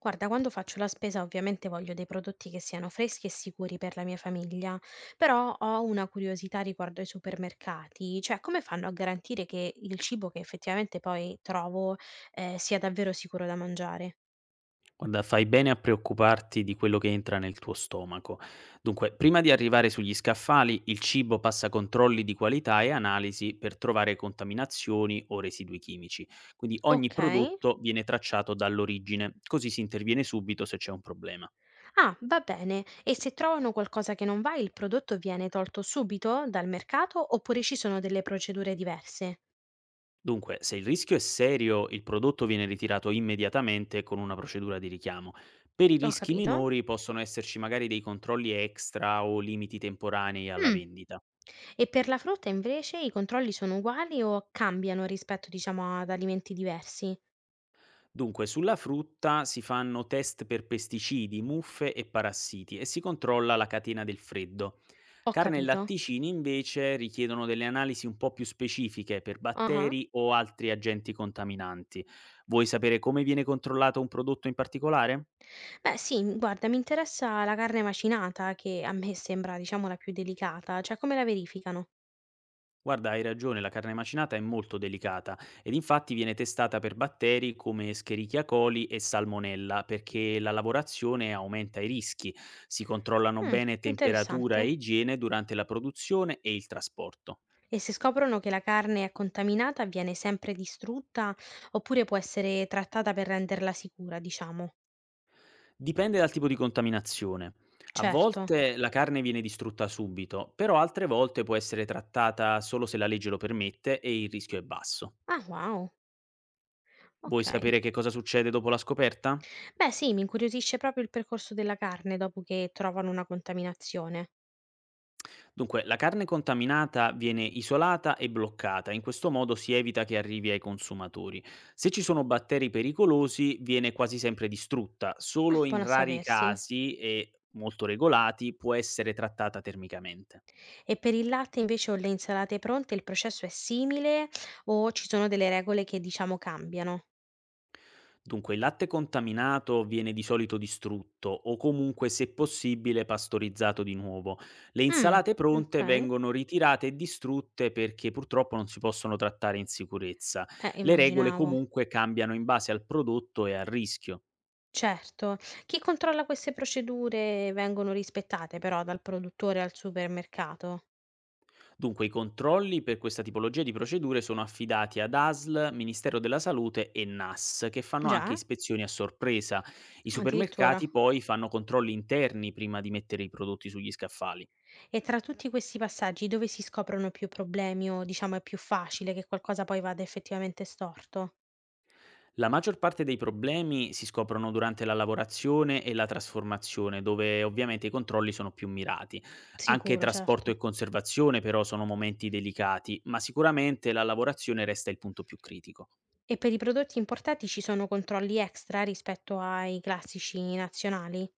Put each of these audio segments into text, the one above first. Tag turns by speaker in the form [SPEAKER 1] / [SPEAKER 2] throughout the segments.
[SPEAKER 1] Guarda, quando faccio la spesa ovviamente voglio dei prodotti che siano freschi e sicuri per la mia famiglia, però ho una curiosità riguardo ai supermercati, cioè come fanno a garantire che il cibo che effettivamente poi trovo sia davvero sicuro da mangiare?
[SPEAKER 2] Guarda, fai bene a preoccuparti di quello che entra nel tuo stomaco. Dunque, prima di arrivare sugli scaffali, il cibo passa controlli di qualità e analisi per trovare contaminazioni o residui chimici. Quindi ogni
[SPEAKER 1] Ok.
[SPEAKER 2] prodotto viene tracciato dall'origine, così si interviene subito se c'è un problema.
[SPEAKER 1] Ah, va bene. E se trovano qualcosa che non va, il prodotto viene tolto subito dal mercato oppure ci sono delle procedure diverse?
[SPEAKER 2] Dunque, se il rischio è serio, il prodotto viene ritirato immediatamente con una procedura di richiamo. Per i
[SPEAKER 1] Ho
[SPEAKER 2] rischi
[SPEAKER 1] capito?
[SPEAKER 2] minori possono esserci magari dei controlli extra o limiti temporanei alla
[SPEAKER 1] Mm.
[SPEAKER 2] vendita.
[SPEAKER 1] E per la frutta invece i controlli sono uguali o cambiano rispetto, diciamo, ad alimenti diversi?
[SPEAKER 2] Dunque, sulla frutta si fanno test per pesticidi, muffe e parassiti e si controlla la catena del freddo.
[SPEAKER 1] Ho
[SPEAKER 2] Carne e
[SPEAKER 1] capito.
[SPEAKER 2] latticini invece richiedono delle analisi un po' più specifiche per
[SPEAKER 1] Ah-ah.
[SPEAKER 2] batteri o altri agenti contaminanti. Vuoi sapere come viene controllato un prodotto in particolare?
[SPEAKER 1] Beh, sì, guarda, mi interessa la carne macinata, che a me sembra, diciamo, la più delicata, cioè come la verificano?
[SPEAKER 2] Guarda, hai ragione, la carne macinata è molto delicata ed infatti viene testata per batteri come Escherichia coli e Salmonella perché la lavorazione aumenta i rischi. Si controllano
[SPEAKER 1] Mm,
[SPEAKER 2] bene temperatura e
[SPEAKER 1] interessante.
[SPEAKER 2] igiene durante la produzione e il trasporto.
[SPEAKER 1] E se scoprono che la carne è contaminata, viene sempre distrutta oppure può essere trattata per renderla sicura, diciamo?
[SPEAKER 2] Dipende dal tipo di contaminazione. A
[SPEAKER 1] Certo.
[SPEAKER 2] volte la carne viene distrutta subito, però altre volte può essere trattata solo se la legge lo permette e il rischio è basso.
[SPEAKER 1] Ah, wow.
[SPEAKER 2] Vuoi
[SPEAKER 1] Ok.
[SPEAKER 2] sapere che cosa succede dopo la scoperta?
[SPEAKER 1] Beh, sì, mi incuriosisce proprio il percorso della carne dopo che trovano una contaminazione.
[SPEAKER 2] Dunque, la carne contaminata viene isolata e bloccata, in questo modo si evita che arrivi ai consumatori. Se ci sono batteri pericolosi, viene quasi sempre distrutta,
[SPEAKER 1] Ah,
[SPEAKER 2] solo in
[SPEAKER 1] buono a
[SPEAKER 2] rari
[SPEAKER 1] sapersi.
[SPEAKER 2] casi e molto regolati può essere trattata termicamente.
[SPEAKER 1] E per il latte invece o le insalate pronte il processo è simile o ci sono delle regole che diciamo cambiano?
[SPEAKER 2] Dunque, il latte contaminato viene di solito distrutto o comunque, se possibile, pastorizzato di nuovo. Le
[SPEAKER 1] Mm,
[SPEAKER 2] insalate pronte
[SPEAKER 1] ok.
[SPEAKER 2] vengono ritirate e distrutte perché purtroppo non si possono trattare in sicurezza. Le regole
[SPEAKER 1] Immaginavo.
[SPEAKER 2] comunque cambiano in base al prodotto e al rischio.
[SPEAKER 1] Certo. Chi controlla queste procedure vengono rispettate però dal produttore al supermercato?
[SPEAKER 2] Dunque, i controlli per questa tipologia di procedure sono affidati ad ASL, Ministero della Salute e NAS, che fanno anche
[SPEAKER 1] Già?
[SPEAKER 2] ispezioni a sorpresa. I
[SPEAKER 1] Ah, addirittura.
[SPEAKER 2] supermercati poi fanno controlli interni prima di mettere i prodotti sugli scaffali.
[SPEAKER 1] E tra tutti questi passaggi dove si scoprono più problemi o diciamo è più facile che qualcosa poi vada effettivamente storto?
[SPEAKER 2] La maggior parte dei problemi si scoprono durante la lavorazione e la trasformazione, dove ovviamente i controlli sono più mirati. Anche
[SPEAKER 1] Sicuro, certo.
[SPEAKER 2] trasporto e conservazione però sono momenti delicati, ma sicuramente la lavorazione resta il punto più critico.
[SPEAKER 1] E per i prodotti importati ci sono controlli extra rispetto ai classici nazionali?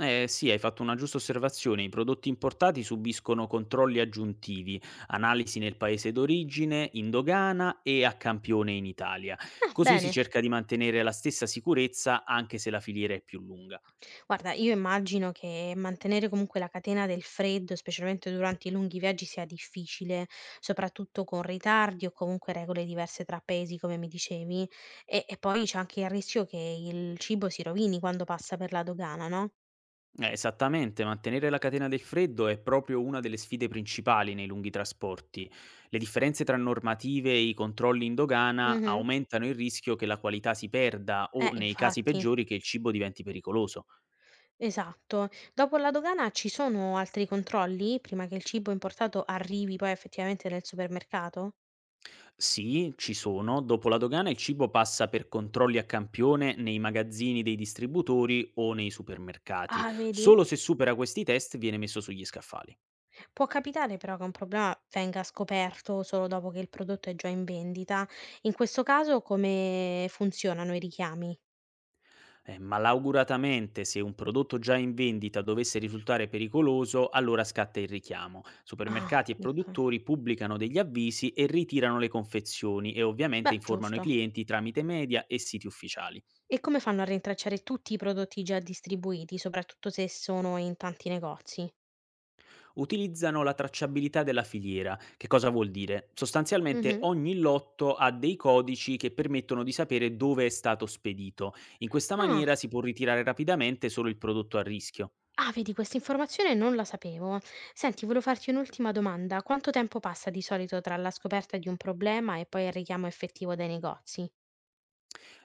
[SPEAKER 2] Eh sì, hai fatto una giusta osservazione, i prodotti importati subiscono controlli aggiuntivi, analisi nel paese d'origine, in dogana e a campione in Italia.
[SPEAKER 1] Ah,
[SPEAKER 2] Così si
[SPEAKER 1] bene.
[SPEAKER 2] cerca di mantenere la stessa sicurezza anche se la filiera è più lunga.
[SPEAKER 1] Guarda, io immagino che mantenere comunque la catena del freddo, specialmente durante i lunghi viaggi, sia difficile, soprattutto con ritardi o comunque regole diverse tra paesi, come mi dicevi. E poi c'è anche il rischio che il cibo si rovini quando passa per la dogana, no?
[SPEAKER 2] Esattamente, mantenere la catena del freddo è proprio una delle sfide principali nei lunghi trasporti. Le differenze tra normative e i controlli in dogana
[SPEAKER 1] Mh-mh.
[SPEAKER 2] aumentano il rischio che la qualità si perda o, nei casi
[SPEAKER 1] Infatti,
[SPEAKER 2] peggiori, che il cibo diventi pericoloso.
[SPEAKER 1] esatto. Dopo la dogana ci sono altri controlli prima che il cibo importato arrivi poi effettivamente nel supermercato?
[SPEAKER 2] Sì, ci sono, dopo la dogana il cibo passa per controlli a campione nei magazzini dei distributori o nei supermercati.
[SPEAKER 1] Ah, vedi?
[SPEAKER 2] Solo se supera questi test viene messo sugli scaffali.
[SPEAKER 1] Può capitare però che un problema venga scoperto solo dopo che il prodotto è già in vendita. In questo caso come funzionano i richiami?
[SPEAKER 2] Malauguratamente, se un prodotto già in vendita dovesse risultare pericoloso, allora scatta il richiamo.
[SPEAKER 1] Ah,
[SPEAKER 2] Supermercati e
[SPEAKER 1] okay.
[SPEAKER 2] produttori pubblicano degli avvisi e ritirano le confezioni e ovviamente
[SPEAKER 1] Beh,
[SPEAKER 2] informano i
[SPEAKER 1] giusto.
[SPEAKER 2] clienti tramite media e siti ufficiali.
[SPEAKER 1] E come fanno a rintracciare tutti i prodotti già distribuiti, soprattutto se sono in tanti negozi?
[SPEAKER 2] Utilizzano la tracciabilità della filiera. Che cosa vuol dire? Sostanzialmente
[SPEAKER 1] Mh-mh.
[SPEAKER 2] ogni lotto ha dei codici che permettono di sapere dove è stato spedito. In questa
[SPEAKER 1] Ah.
[SPEAKER 2] maniera si può ritirare rapidamente solo il prodotto a rischio.
[SPEAKER 1] Ah, vedi, questa informazione non la sapevo. Senti, volevo farti un'ultima domanda. Quanto tempo passa di solito tra la scoperta di un problema e poi il richiamo effettivo dai negozi?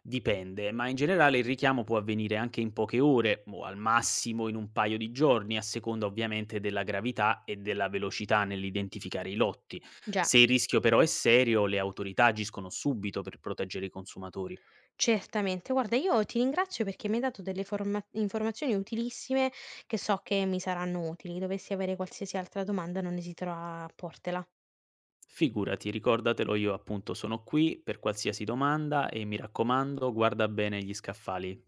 [SPEAKER 2] Dipende, ma in generale il richiamo può avvenire anche in poche ore o al massimo in un paio di giorni, a seconda ovviamente della gravità e della velocità nell'identificare i lotti.
[SPEAKER 1] Già,
[SPEAKER 2] Se il rischio però è serio, le autorità agiscono subito per proteggere i consumatori.
[SPEAKER 1] certamente. Guarda, io ti ringrazio perché mi hai dato delle informazioni utilissime che so che mi saranno utili. Dovessi avere qualsiasi altra domanda, non esiterò a portela.
[SPEAKER 2] Figurati, ricordatelo, io appunto sono qui per qualsiasi domanda e mi raccomando, guarda bene gli scaffali.